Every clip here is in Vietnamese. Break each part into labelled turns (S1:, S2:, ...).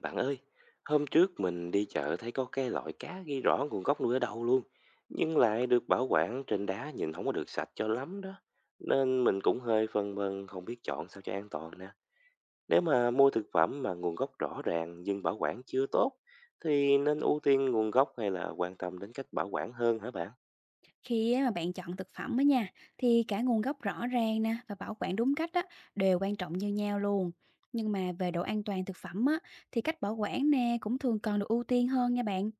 S1: Bạn ơi, hôm trước mình đi chợ thấy có cái loại cá ghi rõ nguồn gốc nuôi ở đâu luôn, nhưng lại được bảo quản trên đá nhìn không có được sạch cho lắm đó. Nên mình cũng hơi phân vân không biết chọn sao cho an toàn nè. Nếu mà mua thực phẩm mà nguồn gốc rõ ràng nhưng bảo quản chưa tốt, thì nên ưu tiên nguồn gốc hay là quan tâm đến cách bảo quản hơn hả bạn?
S2: Khi á mà bạn chọn thực phẩm á nha, thì cả nguồn gốc rõ ràng nè và bảo quản đúng cách á đều quan trọng như nhau luôn. Nhưng mà về độ an toàn thực phẩm á thì cách bảo quản nè cũng thường còn được ưu tiên hơn nha bạn.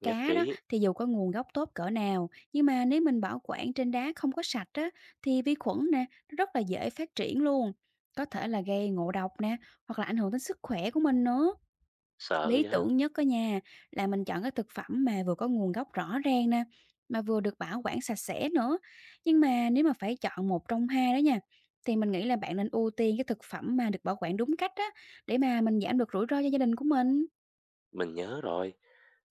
S1: Nhất
S2: Cá đó
S1: trí.
S2: thì dù có nguồn gốc tốt cỡ nào, nhưng mà nếu mình bảo quản trên đá không có sạch á thì vi khuẩn nè nó rất là dễ phát triển luôn. Có thể là gây ngộ độc nè, hoặc là ảnh hưởng đến sức khỏe của mình nữa.
S1: Sợ
S2: Lý
S1: vậy.
S2: tưởng nhất á nha, là mình chọn cái thực phẩm mà vừa có nguồn gốc rõ ràng nè, mà vừa được bảo quản sạch sẽ nữa. Nhưng mà nếu mà phải chọn một trong hai đó nha, thì mình nghĩ là bạn nên ưu tiên cái thực phẩm mà được bảo quản đúng cách á, để mà mình giảm được rủi ro cho gia đình của mình.
S1: Mình nhớ rồi.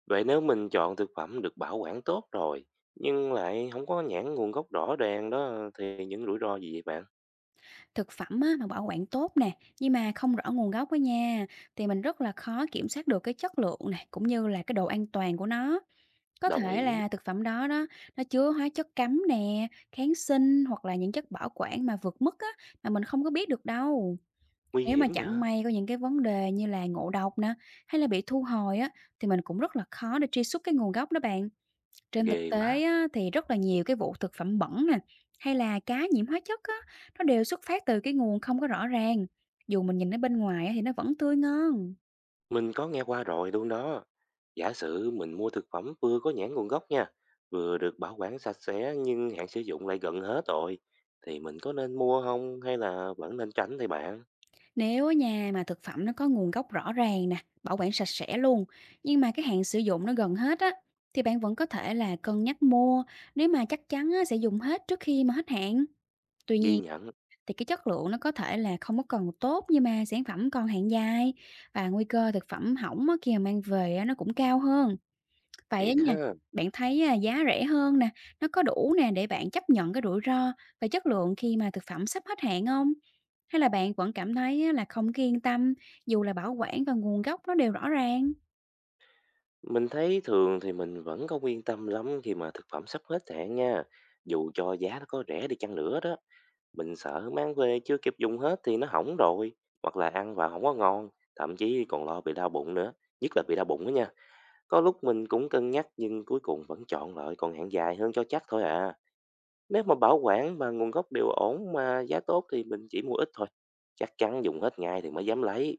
S1: Vậy nếu mình chọn thực phẩm được bảo quản tốt rồi, nhưng lại không có nhãn nguồn gốc rõ ràng đó thì những rủi ro gì vậy bạn?
S2: Thực phẩm á, mà bảo quản tốt nè, nhưng mà không rõ nguồn gốc á nha, thì mình rất là khó kiểm soát được cái chất lượng nè, cũng như là cái độ an toàn của nó. Có
S1: Đồng
S2: thể
S1: ý.
S2: là thực phẩm đó đó, nó chứa hóa chất cấm nè, kháng sinh hoặc là những chất bảo quản mà vượt mức á, mà mình không có biết được đâu.
S1: Nguy
S2: Nếu mà
S1: hiểm
S2: chẳng
S1: nhờ.
S2: may có những cái vấn đề như là ngộ độc nè, hay là bị thu hồi á, thì mình cũng rất là khó để truy xuất cái nguồn gốc đó bạn. Trên
S1: Ghê
S2: thực
S1: quá.
S2: tế á, thì rất là nhiều cái vụ thực phẩm bẩn nè, hay là cá nhiễm hóa chất á, nó đều xuất phát từ cái nguồn không có rõ ràng. Dù mình nhìn ở bên ngoài á, thì nó vẫn tươi ngon.
S1: Mình có nghe qua rồi luôn đó. Giả sử mình mua thực phẩm vừa có nhãn nguồn gốc nha, vừa được bảo quản sạch sẽ nhưng hạn sử dụng lại gần hết rồi, thì mình có nên mua không hay là vẫn nên tránh thì bạn?
S2: Nếu ở nhà mà thực phẩm nó có nguồn gốc rõ ràng nè, bảo quản sạch sẽ luôn, nhưng mà cái hạn sử dụng nó gần hết á, thì bạn vẫn có thể là cân nhắc mua nếu mà chắc chắn á, sẽ dùng hết trước khi mà hết hạn. Tuy
S1: Ghi
S2: nhiên
S1: nhận.
S2: thì cái chất lượng nó có thể là không có còn tốt nhưng mà sản phẩm còn hạn dài và nguy cơ thực phẩm hỏng á, khi mà mang về á, nó cũng cao hơn. Vậy á
S1: Thiệt
S2: nha,
S1: ha.
S2: bạn thấy à, giá rẻ hơn nè, nó có đủ nè để bạn chấp nhận cái rủi ro về chất lượng khi mà thực phẩm sắp hết hạn không? Hay là bạn vẫn cảm thấy á là không có yên tâm dù là bảo quản và nguồn gốc nó đều rõ ràng?
S1: Mình thấy thường thì mình vẫn không yên tâm lắm khi mà thực phẩm sắp hết hạn nha. Dù cho giá nó có rẻ đi chăng nữa đó, mình sợ mang về chưa kịp dùng hết thì nó hỏng rồi, hoặc là ăn vào không có ngon, thậm chí còn lo bị đau bụng nữa, nhất là bị đau bụng đó nha. Có lúc mình cũng cân nhắc nhưng cuối cùng vẫn chọn loại còn hạn dài hơn cho chắc thôi à. Nếu mà bảo quản và nguồn gốc đều ổn mà giá tốt thì mình chỉ mua ít thôi. Chắc chắn dùng hết ngay thì mới dám lấy.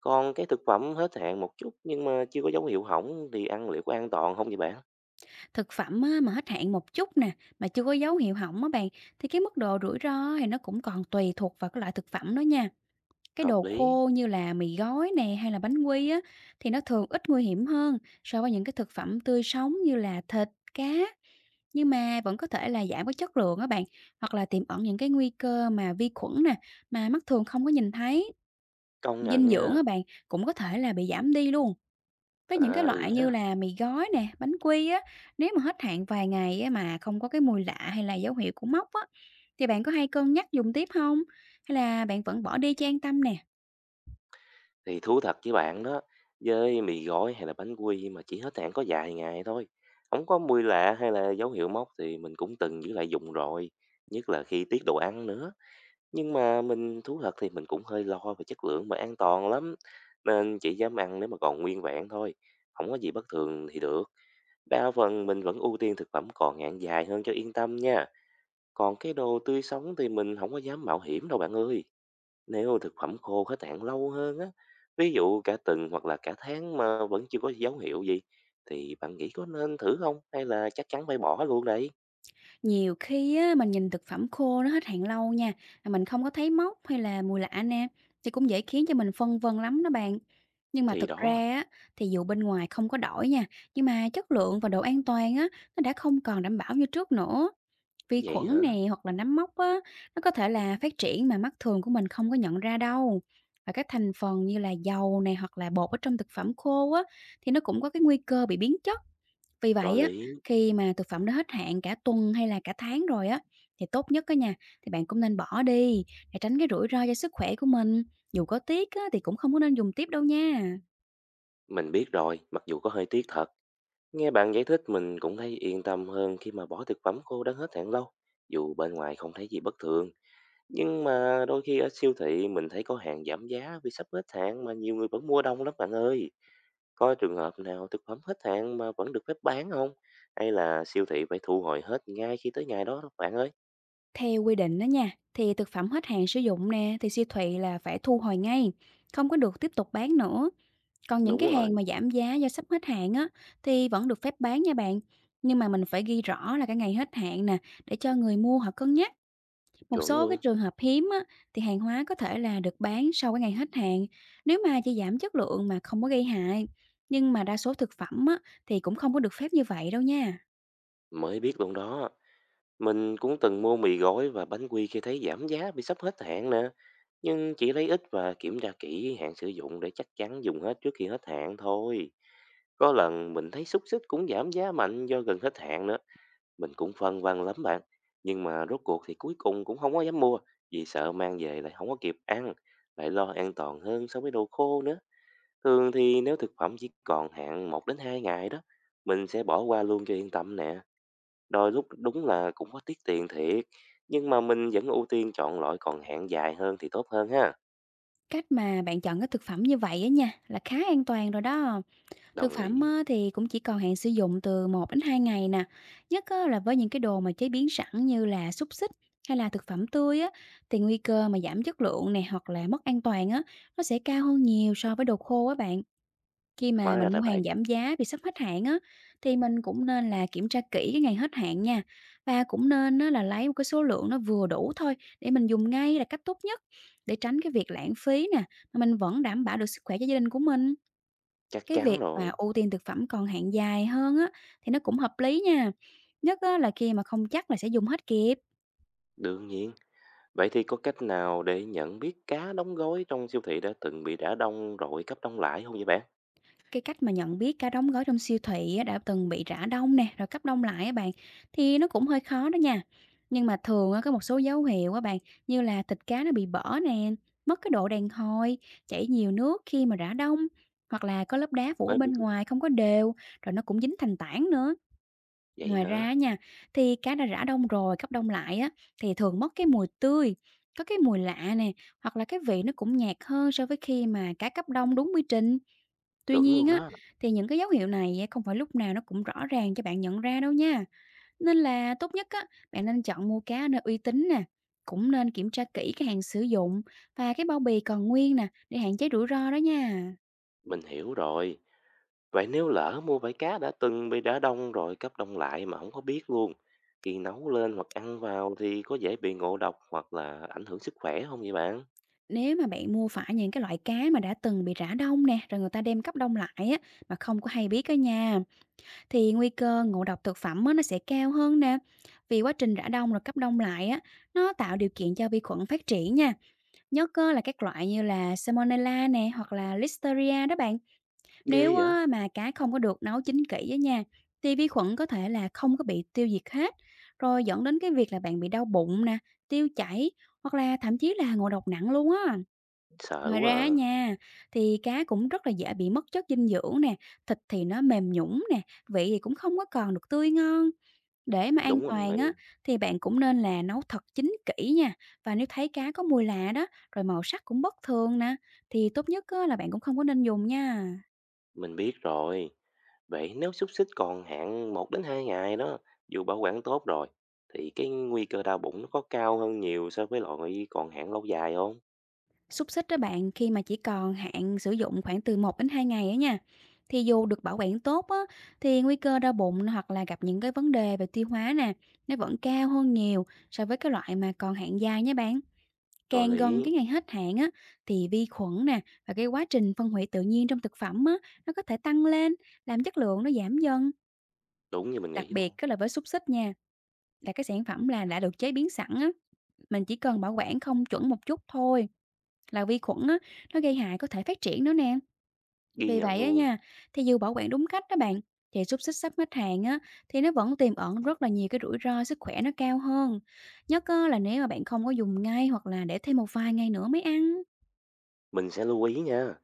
S1: Còn cái thực phẩm hết hạn một chút nhưng mà chưa có dấu hiệu hỏng thì ăn liệu có an toàn không vậy bạn?
S2: Thực phẩm á mà hết hạn một chút nè, mà chưa có dấu hiệu hỏng á bạn, thì cái mức độ rủi ro thì nó cũng còn tùy thuộc vào cái loại thực phẩm đó nha. Cái
S1: Hợp
S2: đồ
S1: lý,
S2: khô như là mì gói nè hay là bánh quy á, thì nó thường ít nguy hiểm hơn so với những cái thực phẩm tươi sống như là thịt, cá. Nhưng mà vẫn có thể là giảm cái chất lượng á bạn, hoặc là tiềm ẩn những cái nguy cơ mà vi khuẩn nè, mà mắt thường không có nhìn thấy.
S1: công nhận
S2: Dinh dưỡng
S1: nha.
S2: á bạn, cũng có thể là bị giảm đi luôn. Với những cái
S1: À ừ
S2: loại
S1: ha,
S2: như là mì gói nè, bánh quy á, nếu mà hết hạn vài ngày á mà không có cái mùi lạ hay là dấu hiệu của mốc á, thì bạn có hay cân nhắc dùng tiếp không? Hay là bạn vẫn bỏ đi cho an tâm nè?
S1: thì thú thật với bạn đó, với mì gói hay là bánh quy mà chỉ hết hạn có vài ngày thôi. Không có mùi lạ hay là dấu hiệu mốc thì mình cũng từng giữ lại dùng rồi, nhất là khi tiết đồ ăn nữa. Nhưng mà mình thú thật thì mình cũng hơi lo về chất lượng và an toàn lắm, nên chỉ dám ăn nếu mà còn nguyên vẹn thôi. Không có gì bất thường thì được. Đa phần mình vẫn ưu tiên thực phẩm còn hạn dài hơn cho yên tâm nha. Còn cái đồ tươi sống thì mình không có dám mạo hiểm đâu bạn ơi. Nếu thực phẩm khô hết hạn lâu hơn á, ví dụ cả tuần hoặc là cả tháng mà vẫn chưa có dấu hiệu gì, thì bạn nghĩ có nên thử không? Hay là chắc chắn phải bỏ luôn đấy?
S2: Nhiều khi á, mình nhìn thực phẩm khô nó hết hạn lâu nha, mà mình không có thấy mốc hay là mùi lạ nè, thì cũng dễ khiến cho mình phân vân lắm đó bạn. Nhưng mà
S1: Thì
S2: thực
S1: đó.
S2: ra á, thì dù bên ngoài không có đổi nha, nhưng mà chất lượng và độ an toàn á, nó đã không còn đảm bảo như trước nữa. Vi
S1: Vậy
S2: khuẩn
S1: hả?
S2: nè, hoặc là nấm mốc á, nó có thể là phát triển mà mắt thường của mình không có nhận ra đâu. Và các thành phần như là dầu này hoặc là bột ở trong thực phẩm khô á, thì nó cũng có cái nguy cơ bị biến chất. Vì
S1: Có
S2: vậy á,
S1: lý.
S2: khi mà thực phẩm nó hết hạn cả tuần hay là cả tháng rồi á, thì tốt nhất á nha, thì bạn cũng nên bỏ đi để tránh cái rủi ro cho sức khỏe của mình. Dù có tiếc á, thì cũng không có nên dùng tiếp đâu nha.
S1: Mình biết rồi, mặc dù có hơi tiếc thật. Nghe bạn giải thích mình cũng thấy yên tâm hơn khi mà bỏ thực phẩm khô đã hết hạn lâu, dù bên ngoài không thấy gì bất thường. Nhưng mà đôi khi ở siêu thị mình thấy có hàng giảm giá vì sắp hết hạn mà nhiều người vẫn mua đông lắm bạn ơi. Có trường hợp nào thực phẩm hết hạn mà vẫn được phép bán không? Hay là siêu thị phải thu hồi hết ngay khi tới ngày đó đó bạn ơi?
S2: Theo quy định đó nha, thì thực phẩm hết hạn sử dụng nè, thì siêu thị là phải thu hồi ngay, không có được tiếp tục bán nữa. Còn những
S1: Đúng
S2: cái hàng
S1: rồi.
S2: mà giảm giá do sắp hết hạn á, thì vẫn được phép bán nha bạn. Nhưng mà mình phải ghi rõ là cái ngày hết hạn nè, để cho người mua họ cân nhắc. Một
S1: Chuẩn
S2: số cái
S1: luôn.
S2: trường hợp hiếm á, thì hàng hóa có thể là được bán sau cái ngày hết hạn, nếu mà chỉ giảm chất lượng mà không có gây hại. Nhưng mà đa số thực phẩm á, thì cũng không có được phép như vậy đâu nha.
S1: Mới biết luôn đó. Mình cũng từng mua mì gói và bánh quy khi thấy giảm giá vì sắp hết hạn nè. Nhưng chỉ lấy ít và kiểm tra kỹ hạn sử dụng để chắc chắn dùng hết trước khi hết hạn thôi. Có lần mình thấy xúc xích cũng giảm giá mạnh do gần hết hạn nữa. Mình cũng phân vân lắm bạn, nhưng mà rốt cuộc thì cuối cùng cũng không có dám mua, vì sợ mang về lại không có kịp ăn, lại lo an toàn hơn so với đồ khô nữa. Thường thì nếu thực phẩm chỉ còn hạn một đến 2 ngày đó, mình sẽ bỏ qua luôn cho yên tâm nè. Đôi lúc đúng là cũng có tiết tiền thiệt, nhưng mà mình vẫn ưu tiên chọn loại còn hạn dài hơn thì tốt hơn ha.
S2: Cách mà bạn chọn cái thực phẩm như vậy á nha, là khá an toàn rồi đó. Thực
S1: Đồng ý.
S2: phẩm á, thì cũng chỉ còn hạn sử dụng từ 1 đến 2 ngày nè, nhất á, là với những cái đồ mà chế biến sẵn như là xúc xích hay là thực phẩm tươi á, thì nguy cơ mà giảm chất lượng này hoặc là mất an toàn á, nó sẽ cao hơn nhiều so với đồ khô á bạn. Khi mà
S1: Hóa ra
S2: mình mua
S1: là vậy.
S2: hàng giảm giá vì sắp hết hạn á, thì mình cũng nên là kiểm tra kỹ cái ngày hết hạn nha. Và cũng nên á, là lấy một cái số lượng nó vừa đủ thôi để mình dùng ngay là cách tốt nhất để tránh cái việc lãng phí nè, mà mình vẫn đảm bảo được sức khỏe cho gia đình của mình.
S1: Chắc
S2: Cái
S1: chắn
S2: việc
S1: rồi.
S2: mà ưu tiên thực phẩm còn hạn dài hơn á, thì nó cũng hợp lý nha. Nhất á, là khi mà không chắc là sẽ dùng hết kịp.
S1: Đương nhiên. Vậy thì có cách nào để nhận biết cá đóng gói trong siêu thị đã từng bị rã đông rồi cấp đông lại không vậy bạn?
S2: Cái cách mà nhận biết cá đóng gói trong siêu thị á, đã từng bị rã đông nè, rồi cấp đông lại á bạn, thì nó cũng hơi khó đó nha. Nhưng mà thường á, có một số dấu hiệu á bạn, như là thịt cá nó bị bở nè, mất cái độ đàn hồi, chảy nhiều nước khi mà rã đông, hoặc là có lớp đá phủ ở
S1: Mới biết
S2: bên
S1: luôn.
S2: ngoài không có đều, rồi nó cũng dính thành tảng nữa.
S1: Vậy
S2: Ngoài ra
S1: hả?
S2: á nha, thì cá đã rã đông rồi, cấp đông lại á, thì thường mất cái mùi tươi, có cái mùi lạ nè, hoặc là cái vị nó cũng nhạt hơn so với khi mà cá cấp đông đúng quy trình. Tuy
S1: Chuẩn
S2: nhiên
S1: luôn
S2: á,
S1: đó.
S2: thì những cái dấu hiệu này á, không phải lúc nào nó cũng rõ ràng cho bạn nhận ra đâu nha. Nên là tốt nhất á, bạn nên chọn mua cá ở nơi uy tín nè, cũng nên kiểm tra kỹ cái hàng sử dụng và cái bao bì còn nguyên nè, để hạn chế rủi ro đó nha.
S1: Mình hiểu rồi. Vậy nếu lỡ mua vải cá đã từng bị đá đông rồi cấp đông lại mà không có biết luôn, khi nấu lên hoặc ăn vào thì có dễ bị ngộ độc hoặc là ảnh hưởng sức khỏe không vậy bạn?
S2: Nếu mà bạn mua phải những cái loại cá mà đã từng bị rã đông nè, rồi người ta đem cấp đông lại á, mà không có hay biết á nha, thì nguy cơ ngộ độc thực phẩm á, nó sẽ cao hơn nè. Vì quá trình rã đông rồi cấp đông lại á, nó tạo điều kiện cho vi khuẩn phát triển nha. Nhất á, là các loại như là Salmonella nè, hoặc là Listeria đó bạn.
S1: Ghê
S2: Nếu
S1: vậy?
S2: á, mà cá không có được nấu chín kỹ á nha, thì vi khuẩn có thể là không có bị tiêu diệt hết, rồi dẫn đến cái việc là bạn bị đau bụng nè, tiêu chảy, hoặc là thậm chí là ngộ độc nặng luôn á.
S1: Sợ
S2: Ngoài
S1: quá
S2: ra á
S1: à.
S2: nha, thì cá cũng rất là dễ bị mất chất dinh dưỡng nè, thịt thì nó mềm nhũn nè, vị thì cũng không có còn được tươi ngon. Để mà an
S1: Đúng
S2: toàn
S1: rồi.
S2: á, thì bạn cũng nên là nấu thật chín kỹ nha. Và nếu thấy cá có mùi lạ đó, rồi màu sắc cũng bất thường nè, thì tốt nhất á, là bạn cũng không có nên dùng nha.
S1: Mình biết rồi. Vậy nếu xúc xích còn hạn một đến 2 ngày đó, dù bảo quản tốt rồi, thì cái nguy cơ đau bụng nó có cao hơn nhiều so với loại còn hạn lâu dài không?
S2: Xúc xích đó bạn, khi mà chỉ còn hạn sử dụng khoảng từ 1 đến 2 ngày á nha, thì dù được bảo quản tốt á, thì nguy cơ đau bụng hoặc là gặp những cái vấn đề về tiêu hóa nè, nó vẫn cao hơn nhiều so với cái loại mà còn hạn dài nha bạn.
S1: Có
S2: Càng gần
S1: lý,
S2: cái ngày hết hạn á, thì vi khuẩn nè và cái quá trình phân hủy tự nhiên trong thực phẩm á, nó có thể tăng lên, làm chất lượng nó giảm dần.
S1: đúng như mình nghĩ
S2: Đặc
S1: luôn.
S2: biệt á là với xúc xích nha, là cái sản phẩm là đã được chế biến sẵn á, mình chỉ cần bảo quản không chuẩn một chút thôi là vi khuẩn á, nó gây hại có thể phát triển nữa nè.
S1: Ghi
S2: Vì
S1: nhận
S2: vậy á
S1: luôn.
S2: nha, thì dù bảo quản đúng cách đó bạn, thì xúc xích sắp hết hạn á, thì nó vẫn tiềm ẩn rất là nhiều cái rủi ro sức khỏe nó cao hơn. Nhất á, là nếu mà bạn không có dùng ngay hoặc là để thêm một vài ngày nữa mới ăn.
S1: Mình sẽ lưu ý nha,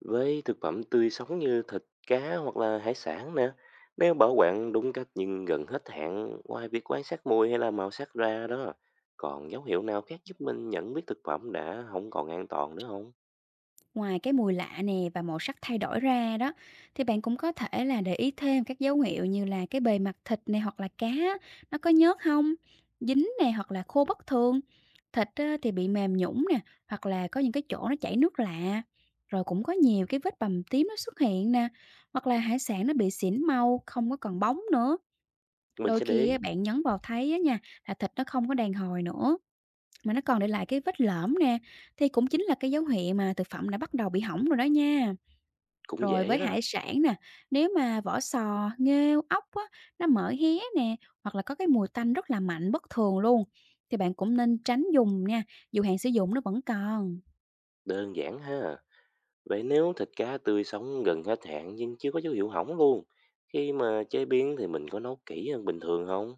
S1: với thực phẩm tươi sống như thịt, cá hoặc là hải sản nè, nếu bảo quản đúng cách nhưng gần hết hạn, ngoài việc quan sát mùi hay là màu sắc ra đó, còn dấu hiệu nào khác giúp mình nhận biết thực phẩm đã không còn an toàn nữa không?
S2: Ngoài cái mùi lạ nè và màu sắc thay đổi ra đó, thì bạn cũng có thể là để ý thêm các dấu hiệu như là cái bề mặt thịt này hoặc là cá á, nó có nhớt không, dính này hoặc là khô bất thường. Thịt á, thì bị mềm nhũn nè, hoặc là có những cái chỗ nó chảy nước lạ. Rồi cũng có nhiều cái vết bầm tím nó xuất hiện nè, hoặc là hải sản nó bị xỉn màu, không có còn bóng nữa.
S1: Mình
S2: Đôi
S1: sẽ để
S2: khi
S1: ý,
S2: á, bạn nhấn vào thấy á nha, là thịt nó không có đàn hồi nữa. Mà nó còn để lại cái vết lõm nè, thì cũng chính là cái dấu hiệu mà thực phẩm đã bắt đầu bị hỏng rồi đó nha.
S1: cũng
S2: Rồi
S1: dễ
S2: với
S1: đó,
S2: hải sản nè, nếu mà vỏ sò, nghêu, ốc á, nó mở hé nè, hoặc là có cái mùi tanh rất là mạnh bất thường luôn, thì bạn cũng nên tránh dùng nha, dù hạn sử dụng nó vẫn còn.
S1: đơn giản ha. Vậy nếu thịt cá tươi sống gần hết hạn nhưng chưa có dấu hiệu hỏng luôn, khi mà chế biến thì mình có nấu kỹ hơn bình thường không?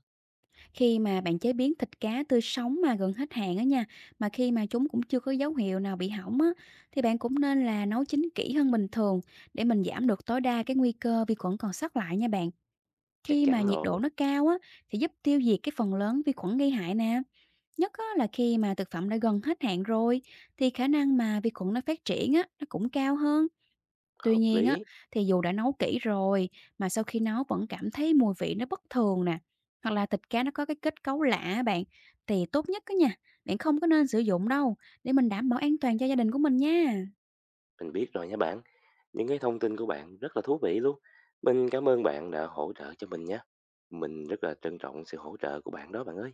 S2: Khi mà bạn chế biến thịt cá tươi sống mà gần hết hạn á nha, mà khi mà chúng cũng chưa có dấu hiệu nào bị hỏng á, thì bạn cũng nên là nấu chín kỹ hơn bình thường để mình giảm được tối đa cái nguy cơ vi khuẩn còn sót lại nha bạn.
S1: Chắc
S2: Khi mà
S1: chắn
S2: nhiệt độ
S1: rồi,
S2: nó cao á, thì giúp tiêu diệt cái phần lớn vi khuẩn gây hại nè. Nhất á, là khi mà thực phẩm đã gần hết hạn rồi, thì khả năng mà vi khuẩn nó phát triển á, nó cũng cao hơn. Tuy
S1: hợp
S2: nhiên á,
S1: lý.
S2: thì dù đã nấu kỹ rồi, mà sau khi nấu vẫn cảm thấy mùi vị nó bất thường nè, hoặc là thịt cá nó có cái kết cấu lạ á bạn, thì tốt nhất á nha, bạn không có nên sử dụng đâu, để mình đảm bảo an toàn cho gia đình của mình nha.
S1: Mình biết rồi nha bạn. Những cái thông tin của bạn rất là thú vị luôn. Mình cảm ơn bạn đã hỗ trợ cho mình nhé. Mình rất là trân trọng sự hỗ trợ của bạn đó bạn ơi.